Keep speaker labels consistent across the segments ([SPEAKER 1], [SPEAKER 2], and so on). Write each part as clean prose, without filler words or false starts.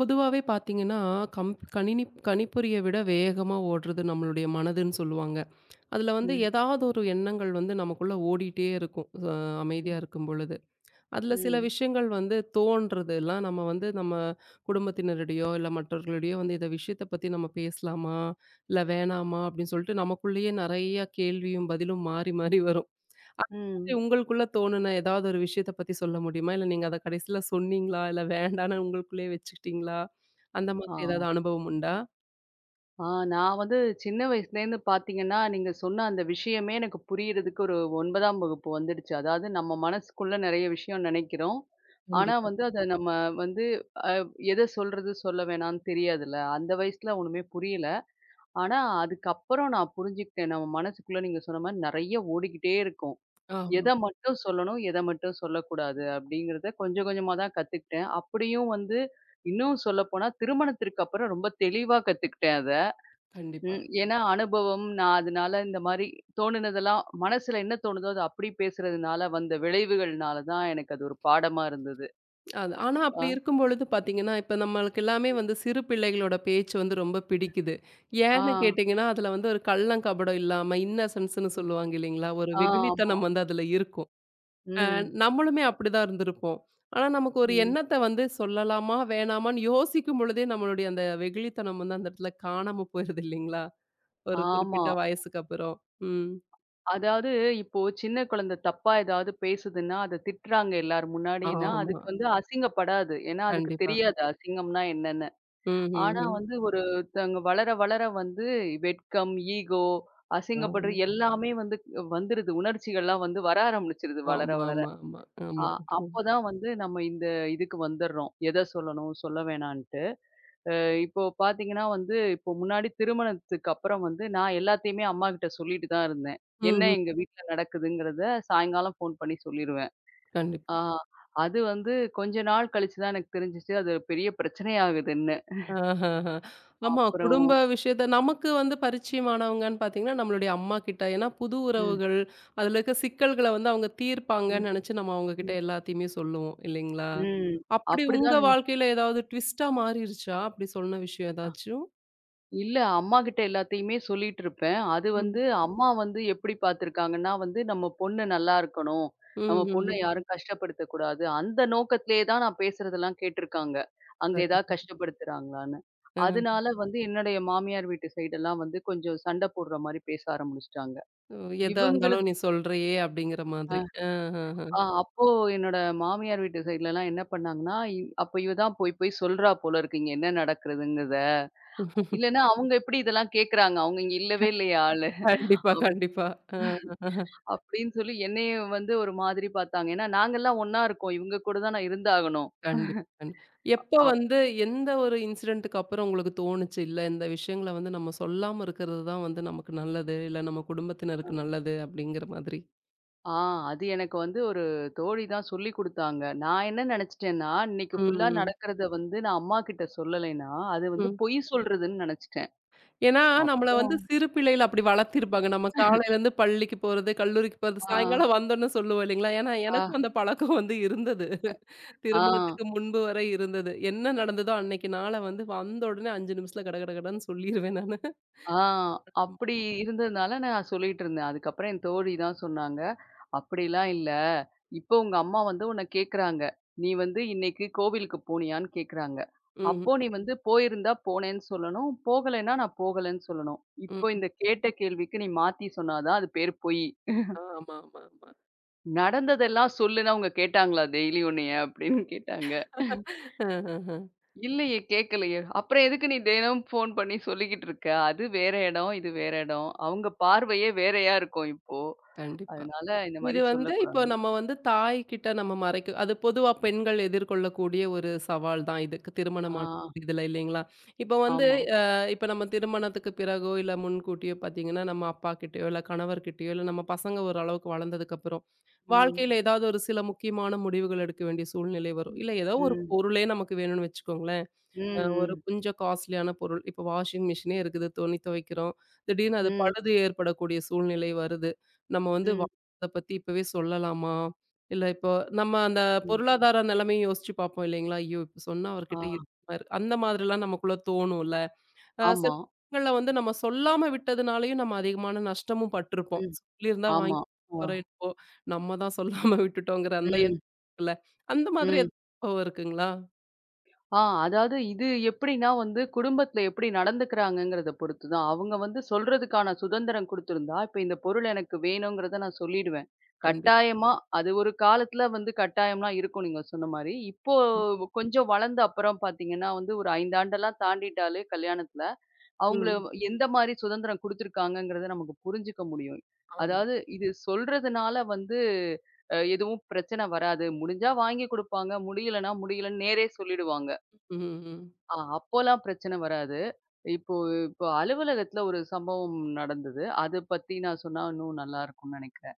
[SPEAKER 1] பொதுவாவே பார்த்தீங்கன்னா, கணினி கணிப்பொறிய விட வேகமா ஓடுறது நம்மளுடைய மனதுன்னு சொல்லுவாங்க. அதுல வந்து
[SPEAKER 2] ம்,
[SPEAKER 1] ஏதாவது ஒரு எண்ணங்கள் வந்து நமக்குள்ள ஓடிட்டே இருக்கும்.
[SPEAKER 2] ம்,
[SPEAKER 1] அமைதியா இருக்கும் பொழுது. அதுல சில
[SPEAKER 2] ம்,
[SPEAKER 1] விஷயங்கள் வந்து தோன்றதெல்லாம் நம்ம குடும்பத்தினரிடையோ, இல்ல மற்றவர்களிடையோ வந்து இத விஷயத்த பத்தி நம்ம பேசலாமா? இல்ல வேணாமா? அப்படின்னு சொல்லிட்டு நமக்குள்ளேயே நெறைய கேள்வியும் பதிலும் மாறி மாறி வரும்.
[SPEAKER 2] ம்.
[SPEAKER 1] உங்களுக்குள்ள தோணுன ஏதாவது ஒரு விஷயத்த பத்தி சொல்ல முடியுமா? இல்ல நீங்க அத கடைசில சொன்னீங்களா? இல்ல வேண்டான்னு உங்களுக்குள்ளயே வச்சுக்கிட்டீங்களா? அந்த
[SPEAKER 2] ஆ,
[SPEAKER 1] மாதிரி ஏதாவது அனுபவம் உண்டா?
[SPEAKER 2] ஆ நான் வந்து சின்ன வயசுலேருந்து பார்த்தீங்கன்னா, நீங்க சொன்ன அந்த விஷயமே எனக்கு புரியறதுக்கு ஒரு 9ஆம் வகுப்பு வந்துடுச்சு. அதாவது நம்ம மனசுக்குள்ள நெறைய விஷயம் நெனைக்கிறோம். ஆனா
[SPEAKER 1] கண்டிப்பா.
[SPEAKER 2] வந்து அத நம்ம வந்து எத சொல்றது, சொல்ல வேணாம்னு தெரியாதுல்ல. அந்த வயசுல ஒண்ணுமே புரியல. ஆனா அதுக்கப்புறம் நான் புரிஞ்சுக்கிட்டேன். நம்ம மனசுக்குள்ள நீங்க சொன்ன மாரி நெறைய ஓடிக்கிட்டே இருக்கும்.
[SPEAKER 1] ஆமா.
[SPEAKER 2] எத மட்டும் சொல்லணும், எத மட்டும் சொல்லக்கூடாது அப்படிங்கிறத கொஞ்சம் கொஞ்சமா தான் கத்துக்கிட்டேன். அப்படியும் வந்து இன்னும் சொல்லப்போனா திருமணத்திற்கு அப்புறம் ரொம்ப தெளிவா கத்துக்கிட்டேன் அத.
[SPEAKER 1] கண்டிப்பா.
[SPEAKER 2] ம். ஏன்னா அனுபவம் நான் அதனால இந்த மாரி தோணுனதெல்லாம் மனசுல என்ன தோணுதோ அத அப்படி பேசுறதுனால வந்த விளைவுகள்னால தான் எனக்கு அது ஒரு பாடமா இருந்தது.
[SPEAKER 1] அது ஆனா அப்படி
[SPEAKER 2] அ,
[SPEAKER 1] இருக்கும்பொழுது பார்த்தீங்கன்னா, இப்ப நம்மளுக்கு எல்லாமே வந்து சிறு பிள்ளைகளோட பேச்சு வந்து ரொம்ப பிடிக்குது. ஏன்னு
[SPEAKER 2] ஆ,
[SPEAKER 1] கேட்டீங்கன்னா, அதுல வந்து ஒரு கள்ளம், கபடம் இல்லாம இன்னசென்ஸ்ன்னு
[SPEAKER 2] ம்.
[SPEAKER 1] சொல்லுவாங்க இல்லைங்களா? ஒரு
[SPEAKER 2] ஆ, ஆமா.
[SPEAKER 1] வெகுளித்தனம் வந்து அதுல இருக்கும்.
[SPEAKER 2] ம்,
[SPEAKER 1] நம்மளுமே அப்படிதான் இருந்திருப்போம். ஆனா, நமக்கு ஒரு
[SPEAKER 2] ம்.
[SPEAKER 1] எண்ணத்த வந்து சொல்லலாமா? வேணாமான்னு யோசிக்கும் பொழுதே நம்மளுடைய அந்த வெகுளித்தனம் வந்து அந்த இடத்துல காணாம போயிருது இல்லைங்களா? ஒரு
[SPEAKER 2] ஆமா.
[SPEAKER 1] குறிப்பிட்ட வயசுக்கு அப்புறம். ம்.
[SPEAKER 2] அதாவது இப்போ சின்ன குழந்தை தப்பா ஏதாவது பேசுதுன்னா, அத திட்டுறாங்க எல்லார் முன்னாடின்னா,
[SPEAKER 1] ஆமா.
[SPEAKER 2] அதுக்கு வந்து அசிங்கப்படாது. ஏன்னா அதுக்கு
[SPEAKER 1] கண்டிப்பா.
[SPEAKER 2] தெரியாது அசிங்கம்னா என்னன்னு.
[SPEAKER 1] ம், ம்,
[SPEAKER 2] ஆனா
[SPEAKER 1] ம்.
[SPEAKER 2] வந்து ஒருத்தவங்க வளர வளர வந்து வெட்கம், ஈகோ, அசிங்கப்படுற
[SPEAKER 1] ஆமா.
[SPEAKER 2] எல்லாமே வந்து வந்துருது. உணர்ச்சிகள்லாம் வந்து வர ஆரம்பிச்சிருது வளர
[SPEAKER 1] ஆமா,
[SPEAKER 2] வளர.
[SPEAKER 1] ஆமா, ஆமா,
[SPEAKER 2] அ
[SPEAKER 1] ஆமா. ம்.
[SPEAKER 2] அப்பதான் வந்து நம்ம இந்த இதுக்கு வந்துர்றோம். எத சொல்லணும், சொல்ல வேணான்ட்டு. அ இப்போ பார்த்தீங்கன்னா வந்து, இப்போ முன்னாடி திருமணத்துக்கு அப்புறம் வந்து, நான் எல்லாத்தையுமே அம்மாகிட்ட சொல்லிட்டு தான் இருந்தேன். என்ன
[SPEAKER 1] ம்ஹ்ம்.
[SPEAKER 2] எங்க வீட்ல நடக்குதுங்கிறத சாயங்காலம் ஃபோன் பண்ணி சொல்லிருவேன். ஆ
[SPEAKER 1] கண்டிப்பா.
[SPEAKER 2] அது வந்து கொஞ்ச நாள் கழிச்சு தான் எனக்கு தெரிஞ்சுச்சு, அது பெரிய பிரச்சனையாகுதுன்னு.
[SPEAKER 1] ஆஹஹ. ஆமா.
[SPEAKER 2] அப்புறம்
[SPEAKER 1] குடும்ப விஷயத்த நமக்கு வந்து பரிச்சயமானவங்கன்னு பார்த்தீங்கன்னா, நம்மளுடைய அம்மா கிட்ட. ஏன்னா, புது
[SPEAKER 2] ம்,
[SPEAKER 1] உறவுகள், அதுல இருக்க சிக்கல்கள வந்து அவங்க
[SPEAKER 2] ம்,
[SPEAKER 1] தீர்ப்பாங்கன்னு நெனச்சு நம்ம அவங்ககிட்ட
[SPEAKER 2] ம்,
[SPEAKER 1] எல்லாத்தையுமே சொல்லுவோம். இல்லைங்களா?
[SPEAKER 2] ம்.
[SPEAKER 1] அப்படி உங்க
[SPEAKER 2] அப்படிதான்
[SPEAKER 1] வாழ்க்கையில ஏதாவது ட்விஸ்ட்டா மாறிருச்சா? அப்படி சொன்ன விஷயம் ஏதாச்சும்?
[SPEAKER 2] இல்ல அம்மாகிட்ட எல்லாத்தையுமே சொல்லிட்டு இருப்பேன். அது
[SPEAKER 1] ம்.
[SPEAKER 2] வந்து அம்மா வந்து எப்படி பார்த்துருக்காங்கன்னா வந்து, நம்ம பொண்ணு நல்லா இருக்கணும். நம்ம பொண்ண
[SPEAKER 1] ம்ஹ்ஹ்ம்.
[SPEAKER 2] யாரும் கஷ்டப்படுத்தக் கூடாது. அந்த நோக்கத்திலேயே தான் நான் பேசுறதெல்லாம் கேட்டுருக்காங்க. அங்க ஏதாவது
[SPEAKER 1] சரி.
[SPEAKER 2] கஷ்டப்படுத்துறாங்களான்னு.
[SPEAKER 1] அ.
[SPEAKER 2] அதனால வந்து என்னுடைய மாமியார் வீட்டு சைடெல்லாம் வந்து கொஞ்சம் சண்டை போடுற மாரி பேச ஆரம்பிச்சுட்டாங்க.
[SPEAKER 1] எதா இருந்தாலும்
[SPEAKER 2] இவங்களுக்கு
[SPEAKER 1] நீ சொல்றியே அப்படிங்கிற
[SPEAKER 2] அ
[SPEAKER 1] மாதிரி. அஹஹ.
[SPEAKER 2] அப்போ என்னோட மாமியார் வீட்டு சைட்லலாம் என்ன பண்ணாங்கன்னா, அப்ப இவ தான் போய் போய் சொல்றா போல இருக்கு, இங்க என்ன நடக்குதுங்கிறத. இல்லன்னா அவங்க எப்படி இதெல்லாம் கேட்கறாங்க? அவங்க இங்க இல்லவே இல்லையா?
[SPEAKER 1] கண்டிப்பா, கண்டிப்பா. அ.
[SPEAKER 2] அப்படின்னு சொல்லி என்னையும் வந்து ஒரு மாதிரி பார்த்தாங்க. ஏன்னா, நாங்கலாம் ஒண்ணா இருக்கோம். இவங்க கூட தான் நான் இருந்தாகணும்.
[SPEAKER 1] கண்டிப்பா. எப்ப
[SPEAKER 2] அப்
[SPEAKER 1] வந்து எந்த ஒரு இன்சிடென்ட்க்கு அப்புறம் உங்களுக்கு தோணுச்சு, இல்ல இந்த விஷயங்கள வந்து நம்ம சொல்லாம இருக்கிறது தான் வந்து நமக்கு நல்லது, இல்ல நம்ம குடும்பத்தினருக்கு நல்லது அப்படிங்கிற மாதிரி?
[SPEAKER 2] ஆ அது எனக்கு வந்து ஒரு தோழி தான் சொல்லிக் குடுத்தாங்க. நான் என்ன நெனச்சுட்டேன்னா, இன்னைக்கு ஃபுல்லா
[SPEAKER 1] ம்.
[SPEAKER 2] நடக்கிறத வந்து நான் அம்மாகிட்ட சொல்லலைன்னா, அது வந்து
[SPEAKER 1] ம்.
[SPEAKER 2] பொய் சொல்றதுன்னு நெனச்சுட்டேன்.
[SPEAKER 1] ஏன்னா நம்மள வந்து
[SPEAKER 2] அப்புறம்
[SPEAKER 1] சிறு பிள்ளையில அப்படி வளர்த்திருப்பாங்க. நம்ம காலையிலேருந்து பள்ளிக்கு போறது, கல்லூரிக்கு போறது,
[SPEAKER 2] ஆ,
[SPEAKER 1] சாயங்காலம் வந்தோனே சொல்லுவோம் இல்லைங்களா? ஏன்னா
[SPEAKER 2] ஆ,
[SPEAKER 1] எனக்கும் அந்த பழக்கம் வந்து இருந்தது.
[SPEAKER 2] ஆ.
[SPEAKER 1] திருமணத்துக்கு முன்பு வரை இருந்தது. என்ன நடந்ததோ அன்னைக்கு நாள வந்து வந்த உடனே 5 நிமிஷத்துல கட கட கடன்னு சொல்லிருவேன் நானு.
[SPEAKER 2] ஆ அப்படி இருந்ததுனால நான் சொல்லிட்டு இருந்தேன். அதுக்கப்புறம் என் தோழி தான் சொன்னாங்க. "அப்படிலாம் இல்ல. இப்போ உங்க அம்மா வந்து உன்ன கேட்குறாங்க. நீ வந்து இன்னைக்கு கோவிலுக்கு போனியான்னு கேட்குறாங்க.
[SPEAKER 1] ம்.
[SPEAKER 2] அப்போ நீ வந்து போயிருந்தா போனேன்னு சொல்லணும். போகலைன்னா நான் போகலைன்னு சொல்லணும்.
[SPEAKER 1] ம்.
[SPEAKER 2] இப்போ இந்த கேட்ட கேள்விக்கு நீ மாத்தி சொன்னா தான் அது பேரு பொய்.
[SPEAKER 1] ஆமா, ஆமா, ஆமா.
[SPEAKER 2] நடந்ததெல்லாம் சொல்லுன்னா அவங்க கேட்டாங்களா டெய்லி உன்னைய?" அப்படின்னு கேட்டாங்க.
[SPEAKER 1] அஹஹ.
[SPEAKER 2] இல்லையே, கேட்கலையே. அப்புறம் எதுக்கு நீ தினமும் ஃபோன் பண்ணி சொல்லிக்கிட்டு இருக்க? அது வேற இடம், இது வேற இடம். அவங்க பார்வையே வேறயா இருக்கும் இப்போ.
[SPEAKER 1] கண்டிப்பா.
[SPEAKER 2] அதனால இந்த
[SPEAKER 1] இது
[SPEAKER 2] மாரி
[SPEAKER 1] வந்து இப்போ
[SPEAKER 2] சொல்லக்கூடாது.
[SPEAKER 1] நம்ம வந்து தாய்கிட்ட நம்ம மறைக்க அது பொதுவா பெண்கள் எதிர்கொள்ளக்கூடிய ஒரு சவால் தான் இதுக்கு திருமணமான
[SPEAKER 2] ஆ,
[SPEAKER 1] இதுல இல்லைங்களா? இப்போ வந்து
[SPEAKER 2] ஆமா.
[SPEAKER 1] அ இப்ப நம்ம திருமணத்துக்கு பிறகோ, இல்ல முன்கூட்டியோ பார்த்தீங்கன்னா, நம்ம அப்பாகிட்டயோ, இல்ல கணவர்கிட்டயோ, இல்ல நம்ம பசங்க ஓரளவுக்கு வளர்ந்ததுக்கப்புறம்,
[SPEAKER 2] ம்,
[SPEAKER 1] வாழ்க்கையில ஏதாவது ஒரு சில முக்கியமான முடிவுகள் எடுக்க வேண்டிய சூழ்நிலை வரும்.
[SPEAKER 2] ம்,
[SPEAKER 1] இல்ல ஏதோ ஒரு
[SPEAKER 2] ம்,
[SPEAKER 1] பொருளே நமக்கு வேணும்னு வச்சுக்கோங்களேன்.
[SPEAKER 2] ம்,
[SPEAKER 1] ஒரு
[SPEAKER 2] ம்,
[SPEAKER 1] கொஞ்சம் காஸ்ட்லியான பொருள். இப்போ வாஷிங் மிஷினே இருக்குது. துணி துவைக்கிறோம். திடீர்னு அது
[SPEAKER 2] ம்,
[SPEAKER 1] பழுது ஏற்படக்கூடிய சூழ்நிலை வருது. நம்ம வந்து
[SPEAKER 2] ம்,
[SPEAKER 1] வாங்குறத பத்தி இப்பவே சொல்லலாமா? இல்ல இப்போ நம்ம அந்த
[SPEAKER 2] ம்.
[SPEAKER 1] பொருளாதார நிலைமையும் யோசிச்சு பார்ப்போம் இல்லைங்களா? ஐயோ! இப்ப சொன்னா
[SPEAKER 2] ஆ,
[SPEAKER 1] அவர்கிட்ட இருக்குமா இருக்கு, அந்த மாதிரிலாம் நமக்குள்ள தோணும்ல. சில
[SPEAKER 2] ஆமா.
[SPEAKER 1] விஷயங்கள்ல வந்து நம்ம சொல்லாம விட்டதுனாலயும் நம்ம அதிகமான நஷ்டமும் பட்டுருப்போம்.
[SPEAKER 2] ம்,
[SPEAKER 1] சொல்லியிருந்தா வாங்கி
[SPEAKER 2] ஆமா. ஆ,
[SPEAKER 1] போறோம் இப்போ நம்ம தான் சொல்லாம விட்டுட்டோங்கிற அந்த
[SPEAKER 2] ம்,
[SPEAKER 1] எண்ணம் இருக்குல்ல. அந்த மாதிரி
[SPEAKER 2] ம்.
[SPEAKER 1] ஏதாவது அனுபவம் இருக்குங்களா?
[SPEAKER 2] அதாவது இது எப்படின்னா வந்து குடும்பத்துல எப்படி நடந்துக்கிறாங்கங்கிறத பொறுத்து தான். அவங்க வந்து சொல்றதுக்கான சுதந்திரம் குடுத்திருந்தா, இப்ப இந்த பொருள் எனக்கு வேணுங்கிறத நான் சொல்லிடுவேன்.
[SPEAKER 1] கண்டிப்பா.
[SPEAKER 2] கட்டாயமா அது ஒரு காலத்துல வந்து கட்டாயம்லாம் இருக்கும் நீங்க சொன்ன மாரி. இப்போ கொஞ்சம் வளர்ந்த அப்புறம் பார்த்தீங்கன்னா வந்து ஒரு 5 ஆண்டெல்லாம் தாண்டிட்டாலே கல்யாணத்துல, அவங்கள
[SPEAKER 1] ம்.
[SPEAKER 2] எந்த மாரி சுதந்திரம் குடுத்துருக்காங்கங்கிறத நமக்கு புரிஞ்சுக்க முடியும்.
[SPEAKER 1] ஆமா.
[SPEAKER 2] அதாவது இது சொல்றதுனால வந்து எதுவும் பிரச்சனை வராது. முடிஞ்சா வாங்கி குடுப்பாங்க, முடியலன்னா முடியலன்னு நேரே சொல்லிடுவாங்க.
[SPEAKER 1] ம், ம்.
[SPEAKER 2] அப்போலாம் பிரச்சனை வராது. இப்போ இப்போ அலுவலகத்தில ஒரு சம்பவம் நடந்தது. அத பத்தி நான் சொன்னா இன்னும் நல்லா இருக்கும்னு நெனைக்கிறேன்.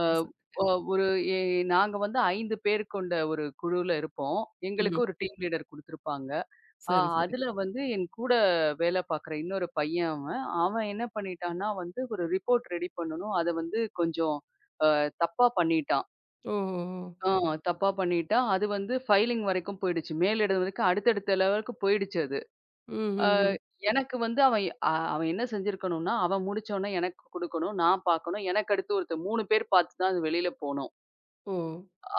[SPEAKER 2] அ
[SPEAKER 1] சார்.
[SPEAKER 2] ஒ ஒரு எ நாங்க வந்து 5 பேர் கொண்ட ஒரு குழுவுல இருப்போம். எங்களுக்கு
[SPEAKER 1] ம்.
[SPEAKER 2] ஒரு டீம் லீடர் குடுத்துருப்பாங்க. அ
[SPEAKER 1] சரி, சரி.
[SPEAKER 2] அதுல வந்து என் கூட வேலை பார்க்குற இன்னொரு பையன் அவன். அவன் என்ன பண்ணிட்டான்னா வந்து ஒரு ரிப்போர்ட் ரெடி பண்ணணும். அத வந்து கொஞ்சம் அ தப்பா பண்ணிட்டான்.
[SPEAKER 1] ஓ! ஓ! ஓ!
[SPEAKER 2] ஆ தப்பா பண்ணிட்டான். அது வந்து ஃபைலிங் வரைக்கும் போயிடுச்சு. மேலிடம் வரைக்கும் அடுத்தடுத்த லெவலுக்கு போயிடுச்சு அது.
[SPEAKER 1] ம், ம், ம்.
[SPEAKER 2] எனக்கு வந்து அவன் எ- அ அவன் என்ன செஞ்சிருக்கணும்னா, அவன் முடிச்சோனே எனக்கு குடுக்கணும். நான் பார்க்கணும். எனக்கு அடுத்து ஒருத்தர் 3 பேர் பார்த்து தான் அது வெளில போனோம்.
[SPEAKER 1] ஓ!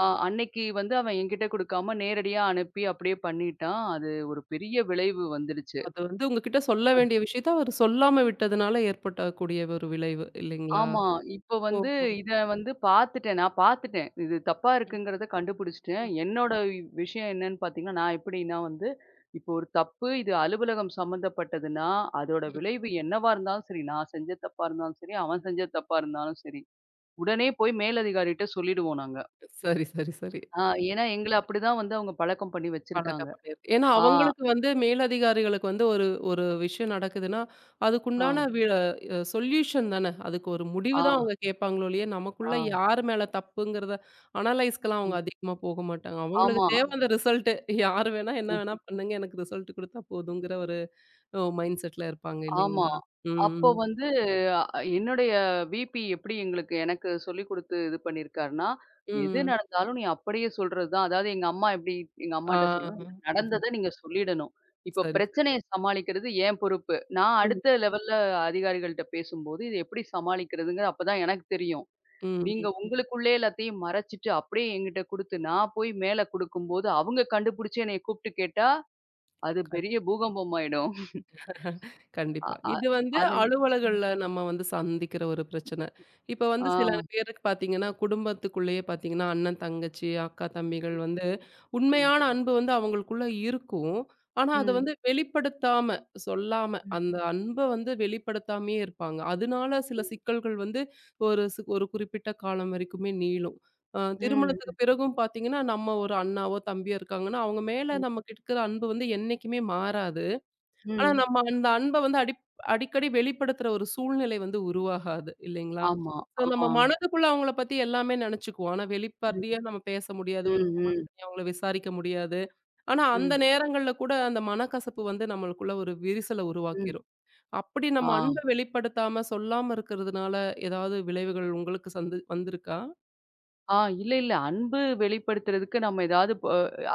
[SPEAKER 2] அன்னைக்கு வந்து அவன் என்கிட்ட குடுக்காம நேரடியா அனுப்பி அப்படியே பண்ணிட்டான். அது ஒரு பெரிய விளைவு வந்துடுச்சு.
[SPEAKER 1] அது வந்து உங்ககிட்ட சொல்ல வேண்டிய விஷயத்த அவர் சொல்லாம விட்டதுனால ஏற்படக்கூடிய ஒரு விளைவு இல்லைங்களா?
[SPEAKER 2] ஆமா. இப்ப வந்து
[SPEAKER 1] ஓஹோ!
[SPEAKER 2] இத வந்து பார்த்துட்டேன். நான் பார்த்துட்டேன். இது தப்பா
[SPEAKER 1] ம்,
[SPEAKER 2] இருக்குங்கிறத கண்டுபிடிச்சுட்டேன்.
[SPEAKER 1] ம்.
[SPEAKER 2] விஷயம் என்னன்னு பார்த்தீங்கன்னா, நான் எப்படின்னா வந்து, இப்போ ஒரு தப்பு இது அலுவலகம் சம்மந்தப்பட்டதுன்னா, அதோட விளைவு என்னவா இருந்தாலும் சரி, நான் செஞ்ச தப்பா இருந்தாலும் சரி, அவன் செஞ்ச தப்பா இருந்தாலும் சரி, உடனே போய் மேலதிகாரிட்ட சொல்லிடுவோம் நாங்க.
[SPEAKER 1] சரி, சரி, சரி.
[SPEAKER 2] ஆ ஏன்னா எங்கள அப்படிதான் வந்து அவங்க பழக்கம் பண்ணி வச்சிருக்காங்க.
[SPEAKER 1] பழக்கம் பண்ணிருக்கு. ஏன்னா
[SPEAKER 2] ஆ,
[SPEAKER 1] அவங்களுக்கு வந்து மேலதிகாரிகளுக்கு வந்து ஒரு ஒரு விஷயம் நடக்குதுன்னா,
[SPEAKER 2] ஆ,
[SPEAKER 1] அதுக்குண்டான வி அ சொல்யூஷன் தானே. அதுக்கு ஒரு முடிவு
[SPEAKER 2] ஆ,
[SPEAKER 1] தான் அவங்க கேட்பாங்களோ ஒழிய,
[SPEAKER 2] ஆ.
[SPEAKER 1] நமக்குள்ள யார் மேல தப்புங்கிறத அனலைஸ்க்கலாம் அவங்க
[SPEAKER 2] ம்.
[SPEAKER 1] அதிகமா போக மாட்டாங்க. அவங்களுக்கு
[SPEAKER 2] ஆமா.
[SPEAKER 1] தேவை அந்த ரிசல்ட்டு. யார் வேணா என்ன
[SPEAKER 2] ம்.
[SPEAKER 1] வேணா பண்ணுங்க. எனக்கு ரிசல்ட் குடுத்தா போதுங்கிற ஒரு மைண்ட் செட்ல இருப்பாங்க
[SPEAKER 2] ஆமா.
[SPEAKER 1] இல்லைங்களா? ம்,
[SPEAKER 2] அப்போ
[SPEAKER 1] ம்.
[SPEAKER 2] வந்து அ என்னுடைய விபி எப்படி எனக்கு சொல்லிக் குடுத்து இது பண்ணியிருக்காருன்னா, எது
[SPEAKER 1] ம்.
[SPEAKER 2] நடந்தாலும் நீ அப்படியே சொல்றது தான். அதாவது எங்க
[SPEAKER 1] ஆ.
[SPEAKER 2] அம்மாட்ட சொல்லணும்,
[SPEAKER 1] அது
[SPEAKER 2] நடந்தத நீங்க சொல்லிடணும். இப்போ
[SPEAKER 1] சரி, சரி.
[SPEAKER 2] பிரச்சனைய சமாளிக்கிறது என் பொறுப்பு. நான்
[SPEAKER 1] ம்,
[SPEAKER 2] அடுத்த லெவல்ல அதிகாரிகள்ட்ட பேசும்போது, இத எப்படி சமாளிக்கிறதுங்கிறது அப்பதான் எனக்கு தெரியும்.
[SPEAKER 1] ம், ம்.
[SPEAKER 2] நீங்க
[SPEAKER 1] கண்டிப்பா.
[SPEAKER 2] உங்களுக்குள்ளே எல்லாத்தையும் மறைச்சுட்டு, அப்படியே என்கிட்ட குடுத்து, நான் போய் மேல குடுக்கும்போது, அவங்க கண்டுபிடிச்சு என்னைய கூப்பிட்டு கேட்டா, அது பெரிய பூகம்பம் ஆயிடும். அ
[SPEAKER 1] கண்டிப்பா.
[SPEAKER 2] அ
[SPEAKER 1] இது வந்து
[SPEAKER 2] அது
[SPEAKER 1] அலுவலகங்கள்ல நம்ம வந்து சந்திக்கிற ஒரு பிரச்சனை. இப்ப வந்து சில
[SPEAKER 2] ஆ.
[SPEAKER 1] பேருக்கு பார்த்தீங்கன்னா, குடும்பத்துக்குள்ளேயே பார்த்தீங்கன்னா, அண்ணன், தங்கச்சி, அக்கா, தம்பிகள் வந்து
[SPEAKER 2] ம்.
[SPEAKER 1] உண்மையான அன்பு வந்து அவங்களுக்குள்ள இருக்கும். ஆனா, அத
[SPEAKER 2] ம்.
[SPEAKER 1] வந்து வெளிப்படுத்தாம, சொல்லாம
[SPEAKER 2] ம்.
[SPEAKER 1] அந்த அன்ப வந்து வெளிப்படுத்தாமயே இருப்பாங்க. அதனால சில
[SPEAKER 2] ம்.
[SPEAKER 1] சிக்கல்கள் வந்து ஒரு குறிப்பிட்ட காலம் வரைக்குமே நீளும்.
[SPEAKER 2] ம்.
[SPEAKER 1] திருமணத்துக்கு பிறகும் பார்த்தீங்கன்னா, நம்ம ஒரு அண்ணாவோ, தம்பியோ இருக்காங்கன்னா, அவங்க மேல
[SPEAKER 2] ம்.
[SPEAKER 1] நமக்கு இருக்கிற அன்பு வந்து என்னைக்குமே மாறாது. ஆனா
[SPEAKER 2] ம்.
[SPEAKER 1] நம்ம அந்த அன்ப வந்து அடிக்கடி வெளிப்படுத்துற ஒரு சூழ்நிலை வந்து உருவாகாது இல்லைங்களா?
[SPEAKER 2] ஆமா.
[SPEAKER 1] சோ
[SPEAKER 2] ஆ.
[SPEAKER 1] நம்ம மனதுக்குள்ள அவங்கள பத்தி எல்லாமே நெனச்சுக்குவோம். ஆனா
[SPEAKER 2] ம்.
[SPEAKER 1] வெளிப்படையா நம்ம பேச முடியாது. ஒரு
[SPEAKER 2] ம்.
[SPEAKER 1] ஃபோன்
[SPEAKER 2] ம்.
[SPEAKER 1] பண்ணி அவங்கள விசாரிக்க முடியாது. ஆனா அந்த
[SPEAKER 2] ம்.
[SPEAKER 1] நேரங்கள்ல கூட அந்த மனக்கசப்பு வந்து நம்மளுக்குள்ள ஒரு விரிசல
[SPEAKER 2] ம்.
[SPEAKER 1] உருவாக்கிரும். அப்படி நம்ம
[SPEAKER 2] ஆ.
[SPEAKER 1] அன்ப வெளிப்படுத்தாம, சொல்லாம இருக்கிறதுனால ஏதாவது விளைவுகள் உங்களுக்கு சந்து வந்திருக்கா?
[SPEAKER 2] ஆ இல்ல, இல்ல. அன்பு வெளிப்படுத்துறதுக்கு நம்ம ஏதாவது ப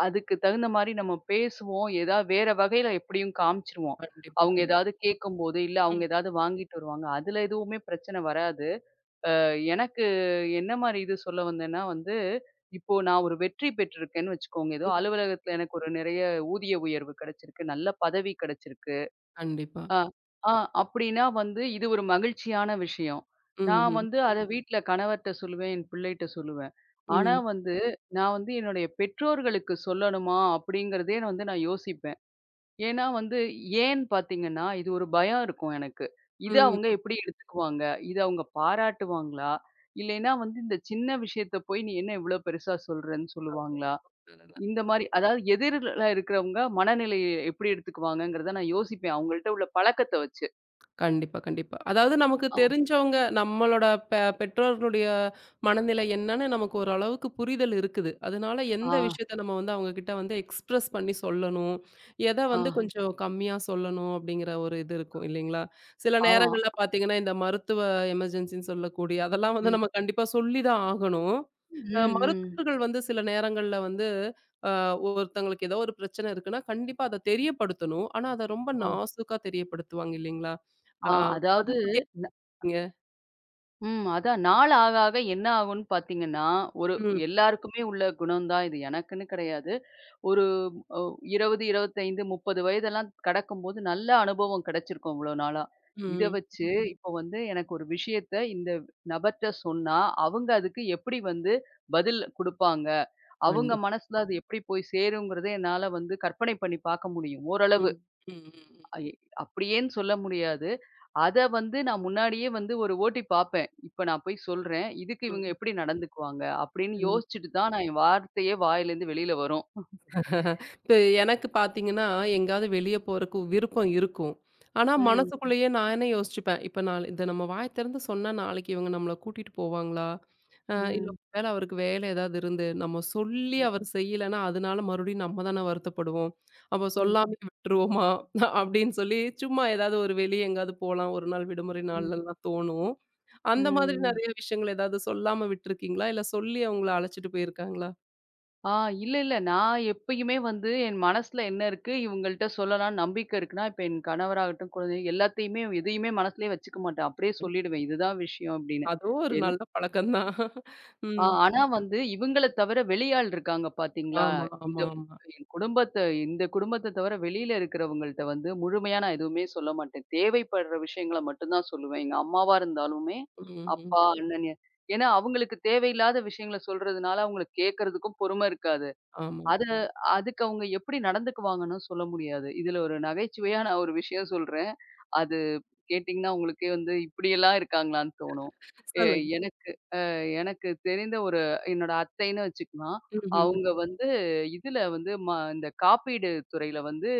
[SPEAKER 2] அதுக்கு தகுந்த மாரி நம்ம பேசுவோம். ஏதாவது வேற வகையில எப்படியும் காமிச்சுருவோம்.
[SPEAKER 1] கண்டிப்பா,
[SPEAKER 2] அவங்க
[SPEAKER 1] கண்டிப்பா.
[SPEAKER 2] ஏதாவது கேட்கும்போது, இல்ல அவங்க
[SPEAKER 1] ம்,
[SPEAKER 2] ஏதாவது வாங்கிட்டு வருவாங்க. அதுல எதுவுமே பிரச்சனை வராது. அ எனக்கு என்ன மாரி இது சொல்ல வந்தேன்னா வந்து, இப்போ நான் ஒரு வெற்றி பெற்றிருக்கேன்னு வச்சுக்கோங்க. ஏதோ
[SPEAKER 1] ம்.
[SPEAKER 2] அலுவலகத்துல எனக்கு ஒரு நிறைய ஊதிய உயர்வு கிடைச்சிருக்கு. நல்ல பதவி கிடைச்சிருக்கு.
[SPEAKER 1] கண்டிப்பா.
[SPEAKER 2] ஆ, ஆ அப்படின்னா வந்து இது ஒரு மகிழ்ச்சியான விஷயம்.
[SPEAKER 1] ம்,
[SPEAKER 2] நான்
[SPEAKER 1] ம்.
[SPEAKER 2] வந்து அத ஆமா. வீட்ல கணவர்ட்ட சொல்லுவேன், என் பிள்ளைட்ட சொல்லுவேன். ஆனா வந்து ம். நான் வந்து என்னுடைய பெற்றோர்களுக்கு சொல்லணுமா? அப்படிங்கிறதே வந்து நான் யோசிப்பேன். ஏன்னா வந்து ஏன்னு பார்த்தீங்கன்னா, இது ஒரு பயம் இருக்கும் எனக்கு. இத அவங்க
[SPEAKER 1] ம்,
[SPEAKER 2] எப்படி எடுத்துக்குவாங்க? இத அவங்க பாராட்டுவாங்களா? இல்லைன்னா வந்து இந்த சின்ன விஷயத்த போய் நீ என்ன இவ்ளோ பெருசா சொல்றன்னு சொல்லுவாங்களா?
[SPEAKER 1] ம்.
[SPEAKER 2] இந்த மாரி அதாவது எதிர்ல இருக்கிறவங்க மனநிலைய எப்படி எடுத்துக்குவாங்கங்கிறத நான் யோசிப்பேன். அவங்கள்ட்ட உள்ள பழக்கத்த வச்சு.
[SPEAKER 1] கண்டிப்பா, கண்டிப்பா. அதாவது நமக்கு
[SPEAKER 2] ஆ,
[SPEAKER 1] தெரிஞ்சவங்க, நம்மளோட பெற்றோர்களுடைய மனநிலை என்னன்னு நமக்கு ஓரளவுக்கு புரிதல் இருக்குது. அதனால
[SPEAKER 2] ஆ,
[SPEAKER 1] எந்த விஷயத்த நம்ம வந்து அவங்க கிட்ட வந்து எக்ஸ்பிரஸ் பண்ணி சொல்லணும். எத
[SPEAKER 2] ஆ,
[SPEAKER 1] வந்து கொஞ்சம் கம்மியா சொல்லணும் அப்படிங்கிற ஒரு இது இருக்கும் இல்லைங்களா? சில
[SPEAKER 2] ஆமா.
[SPEAKER 1] நேரங்கள்ல பார்த்தீங்கன்னா, இந்த மருத்துவ எமர்ஜென்சின்னு சொல்லக்கூடிய அதெல்லாம் வந்து
[SPEAKER 2] ம்,
[SPEAKER 1] நம்ம கண்டிப்பா சொல்லி தான் ஆகணும்.
[SPEAKER 2] ம், ம்.
[SPEAKER 1] மருத்துவர்கள் வந்து சில நேரங்கள்ல வந்து, அ ஒருத்தங்களுக்கு ஏதோ ஒரு பிரச்சனை இருக்குன்னா, கண்டிப்பா அத தெரியப்படுத்தணும். ஆனா, அத ரொம்ப
[SPEAKER 2] ஆ,
[SPEAKER 1] நாசூக்கா தெரியப்படுத்துவாங்க இல்லைங்களா? அ
[SPEAKER 2] ஆ
[SPEAKER 1] அத
[SPEAKER 2] அதாவது
[SPEAKER 1] பத்தி
[SPEAKER 2] ந
[SPEAKER 1] நீங்க
[SPEAKER 2] ம். அதான் நாள் ஆக ஆக என்ன ஆகும்ன்னு பார்த்தீங்கன்னா, ஒரு
[SPEAKER 1] ம்,
[SPEAKER 2] எல்லாருக்குமே உள்ள குணம் தான் இது. எனக்குன்னு கிடையாது. ஒரு அ 20, 25, 30 வயதெல்லாம் கடக்கும்போது நல்ல அனுபவம் கிடைச்சிருக்கும் இவ்வளோ நாளா. இத
[SPEAKER 1] ம்.
[SPEAKER 2] வச்சு இப்போ வந்து எனக்கு ஒரு விஷயத்த இந்த நபர்ட்ட சொன்னா, அவங்க அதுக்கு எப்படி வந்து பதில் குடுப்பாங்க? அவங்க
[SPEAKER 1] கண்டிப்பா.
[SPEAKER 2] மனசுல அது எப்படி போய் சேருங்கிறத என்னால வந்து கற்பனை பண்ணி பார்க்க முடியும் ஓரளவு.
[SPEAKER 1] ம், ம்,
[SPEAKER 2] ஐ அப்படியேன்னு சொல்ல முடியாது. அத வந்து நான் முன்னாடியே வந்து ஒரு ஓட்டி பார்ப்பேன். இப்ப நான் போய் சொல்றேன். இதுக்கு இவங்க
[SPEAKER 1] ம்,
[SPEAKER 2] எப்படி நடந்துக்குவாங்க? அப்படின்னு
[SPEAKER 1] ம், ம்.
[SPEAKER 2] யோசிச்சுட்டு தான் நான் என் வார்த்தையே வாயிலேருந்து வெளியில வரும்.
[SPEAKER 1] இப்ப எனக்கு பார்த்தீங்கன்னா, எங்கேயாவது வெளிய போறக்கு விருப்பம் இருக்கும். ஆனா,
[SPEAKER 2] ம்.
[SPEAKER 1] மனசுக்குள்ளேயே நான் என்ன யோசிச்சுப்பேன், இப்ப நாளை இத நம்ம வாய திறந்து சொன்னா நாளைக்கு இவங்க நம்மள கூட்டிட்டு போவாங்களா? இல்ல
[SPEAKER 2] ம்.
[SPEAKER 1] வேள அவருக்கு வேலை ஏதாவது இருந்து, நம்ம சொல்லி அவர் செய்யலன்னா, அதனால மறுபடியும் நம்ம தானே வருத்தப்படுவோம். அப்போ
[SPEAKER 2] ம்.
[SPEAKER 1] சொல்லாமயே விட்டுருவோமா? அப்படின்னு சொல்லி சும்மா ஏதாவது ஒரு வெளிய எங்கேயாவது போலாம். ஒரு நாள் விடுமுறை
[SPEAKER 2] ம்.
[SPEAKER 1] நாள்லலாம் தோணும். அந்த மாதிரி
[SPEAKER 2] ம்.
[SPEAKER 1] நெறைய விஷயங்கள் ஏதாவது சொல்லாம விட்டுருக்கீங்களா? இல்ல சொல்லி அவங்கள அழைச்சிட்டு போயிருக்காங்களா?
[SPEAKER 2] ஆ இல்ல, இல்ல. நான் எப்பயுமே வந்து என் மனசுல என்ன இருக்கு, இவங்கள்ட்ட சொல்லலாம்ன்னு நம்பிக்கை இருக்குன்னா, இப்ப என் கணவராகட்டும், குழந்தை எல்லாத்தையுமே எதையுமே மனசுலயே வச்சுக்க மாட்டேன். அப்படியே சொல்லிடுவேன். இதுதான் விஷயம் அப்படின்னு.
[SPEAKER 1] அதுவும் ஒரு நல்ல பழக்கம் தான். ம்.
[SPEAKER 2] ஆனா வந்து இவங்கள தவிர வெளியாள் இருக்காங்க பார்த்தீங்களா?
[SPEAKER 1] ஆமா,
[SPEAKER 2] இந்த
[SPEAKER 1] ஆமா, ஆமா.
[SPEAKER 2] என் குடும்பத்த இந்த குடும்பத்த தவிர வெளியில இருக்கிறவங்கள்ட்ட வந்து முழுமையா நான் எதுவுமே சொல்ல மாட்டேன். தேவைப்படுற விஷயங்கள மட்டும் தான் சொல்லுவேன். எங்க அம்மாவா இருந்தாலுமே,
[SPEAKER 1] ம், ம்.
[SPEAKER 2] அப்பா, அண்ணன் எ- ஏன்னா அவங்களுக்கு தேவையில்லாத விஷயங்கள சொல்றதுனால அவங்களுக்கு கேட்கறதுக்கும் பொறுமை இருக்காது.
[SPEAKER 1] ஆமா.
[SPEAKER 2] அது அதுக்கு அவங்க எப்படி நடந்துக்குவாங்கன்னு சொல்ல முடியாது. இதுல ஒரு நகைச்சுவையா நான் ஒரு விஷயம் சொல்றேன். அது கேட்டீங்கன்னா, உங்களுக்கே வந்து இப்படியெல்லாம் இருக்காங்களான்னு தோணும். எ
[SPEAKER 1] சொல்லுங்க.
[SPEAKER 2] எனக்கு எனக்கு தெரிந்த ஒரு என்னோட அத்தைன்னு வச்சுக்கலாம்.
[SPEAKER 1] ம், ம். ம்.
[SPEAKER 2] அவங்க வந்து இதுல வந்து இந்த காப்பீடு துறையில வந்து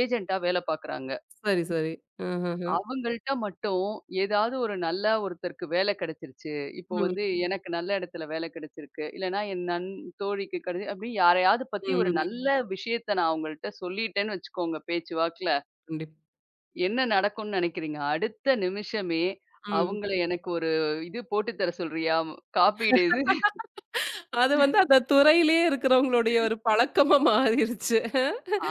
[SPEAKER 2] ஏஜென்ட்டா வேல பார்க்குறாங்க.
[SPEAKER 1] சரி, சரி. அஹஹ.
[SPEAKER 2] அவங்கள்ட்ட மட்டும் ஏதாவது ஒரு நல்ல ஒருத்தருக்கு வேல கிடைச்சிருச்சு. இப்போ
[SPEAKER 1] ம்,
[SPEAKER 2] வந்து எனக்கு நல்ல இடத்துல வேல கிடைச்சிருக்கு. இல்லன்னா என் நண் தோழிக்கு கிடை அப்படின்னு யாரையாவது பத்தி
[SPEAKER 1] ம்,
[SPEAKER 2] ஒரு
[SPEAKER 1] ம்.
[SPEAKER 2] நல்ல விஷயத்த நான் அவங்கள்ட்ட சொல்லிட்டேன்னு வச்சுக்கோங்க பேச்சு வாக்குல.
[SPEAKER 1] கண்டிப்பா.
[SPEAKER 2] என்ன நடக்கும்னு நினைக்கிறீங்க? அடுத்த நிமிஷமே
[SPEAKER 1] ம்.
[SPEAKER 2] அவங்கள எனக்கு ஒரு இது போட்டு தர சொல்றியா? காப்பீடு இது.
[SPEAKER 1] அது வந்து அந்த துறையிலேயே இருக்கிறவங்களுடைய ஒரு பழக்கமா மாறிருச்சு.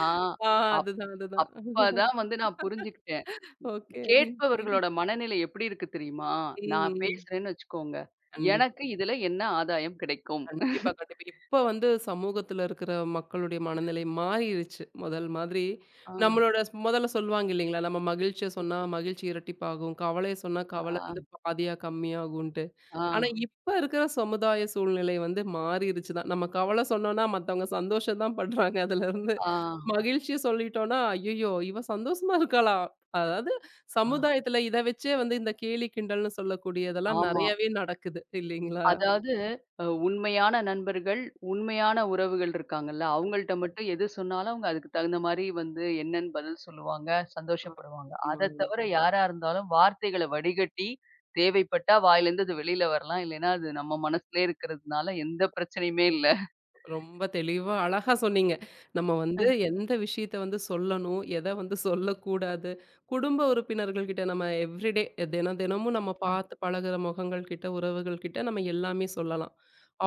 [SPEAKER 2] ஆ.
[SPEAKER 1] ஆ அதுதான், அதுதான்.
[SPEAKER 2] அப்பதான் வந்து நான் புரிஞ்சுக்கிட்டேன்.
[SPEAKER 1] ஓகே.
[SPEAKER 2] கேட்பவர்களோட மனநிலை எப்படி இருக்கு தெரியுமா?
[SPEAKER 1] ம்,
[SPEAKER 2] நான்
[SPEAKER 1] ம்.
[SPEAKER 2] பேசுறேன்னு வச்சுக்கோங்க.
[SPEAKER 1] கண்டிப்
[SPEAKER 2] எனக்கு இதுல என்ன ஆதாயம் கிடைக்கும்?
[SPEAKER 1] கண்டிப்பா, கண்டிப்பா. இப்ப வந்து சமூகத்துல இருக்கிற மக்களுடைய மனநிலை மாறிருச்சு. முதல் மாதிரி
[SPEAKER 2] ஆ,
[SPEAKER 1] நம்மளோட முதல்ல சொல்லுவாங்க இல்லைங்களா? நம்ம மகிழ்ச்சிய சொன்னா மகிழ்ச்சி இரட்டிப்பாகும். கவலைய சொன்னா கவலை
[SPEAKER 2] ஆ,
[SPEAKER 1] வந்து பாதியா கம்மியாகும்.
[SPEAKER 2] ஆ,
[SPEAKER 1] ஆனா, இப்ப இருக்கிற சமுதாய சூழ்நிலை வந்து மாறிருச்சு தான். நம்ம கவலை சொன்னோம்னா, மத்தவங்க சந்தோஷம் தான் படுறாங்க அதுலருந்து.
[SPEAKER 2] ஆ,
[SPEAKER 1] மகிழ்ச்சிய சொல்லிட்டோம்னா, "ஐயய்யோ! இவ சந்தோஷமா இருக்காளா?" அதாவது
[SPEAKER 2] ஆ,
[SPEAKER 1] சமுதாயத்துல இத வச்சே வந்து இந்த கேலி கிண்டல்னு சொல்லக்கூடியதெல்லாம்
[SPEAKER 2] ஆமா.
[SPEAKER 1] நெறையவே நடக்குது இல்லைங்களா?
[SPEAKER 2] அதாவது உண்மையான நண்பர்கள், உண்மையான உறவுகள் இருக்காங்கல்ல. அவங்கள்ட்ட மட்டும் எது சொன்னாலும் அவங்க அதுக்கு தகுந்த மாரி வந்து என்னன்னு பதில் சொல்லுவாங்க, சந்தோஷப்படுவாங்க. அத
[SPEAKER 1] ஆமா.
[SPEAKER 2] தவிர யாரா இருந்தாலும் வார்த்தைகள வடிகட்டி, தேவைப்பட்டா வாயிலேருந்து அது வெளியில வரலாம். இல்லைன்னா, அது நம்ம மனசுலயே இருக்கிறதுனால எந்த பிரச்சனையுமே இல்ல.
[SPEAKER 1] ரொம்ப தெளிவா, அழகா சொன்னீங்க. நம்ம வந்து எந்த விஷயத்த வந்து சொல்லணும், எத வந்து சொல்லக்கூடாது. குடும்ப உறுப்பினர்கள் கிட்ட நம்ம எவ்ரிடே தினம் தினமும் நம்ம பார்த்து பழகுற முகங்கள் கிட்ட, உறவுகள் கிட்ட நம்ம எல்லாமே சொல்லலாம்.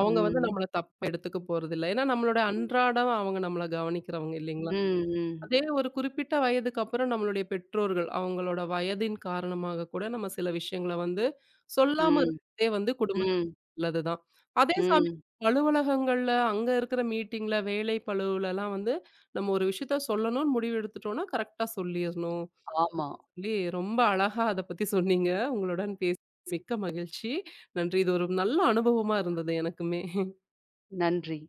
[SPEAKER 1] அவங்க வந்து நம்மள தப்பா எடுத்துக்க போறதில்ல. ஏன்னா நம்மளோட அன்றாடம் அவங்க நம்மள கவனிக்கிறவங்க இல்லைங்களா?
[SPEAKER 2] ம், ம்.
[SPEAKER 1] அதே ஒரு குறிப்பிட்ட வயதுக்கு அப்புறம் நம்மளுடைய பெற்றோர்கள், அவங்களோட வயதின் காரணமாக கூட நம்ம சில விஷயங்கள வந்து சொல்லாம
[SPEAKER 2] ம்.
[SPEAKER 1] இருக்கிறதே வந்து குடும்பத்துக்கு
[SPEAKER 2] ம்.
[SPEAKER 1] நல்லதுதான். அதே சமயம்
[SPEAKER 2] ம்.
[SPEAKER 1] அலுவலகங்கள்ல, அங்க இருக்கிற மீட்டிங்ல, வேலை பளுவுலலாம் வந்து நம்ம ஒரு விஷயத்த சொல்லணும்னு முடிவு எடுத்துட்டோம்னா, கரெக்ட்டா சொல்லிறணும்.
[SPEAKER 2] ஆமா.
[SPEAKER 1] சொல்லி ரொம்ப அழகா அத பத்தி சொன்னீங்க. உங்களுடன் பேசி மிக்க மகிழ்ச்சி. நன்றி. இது ஒரு நல்ல அனுபவமா இருந்தது எனக்குமே.
[SPEAKER 2] நன்றி.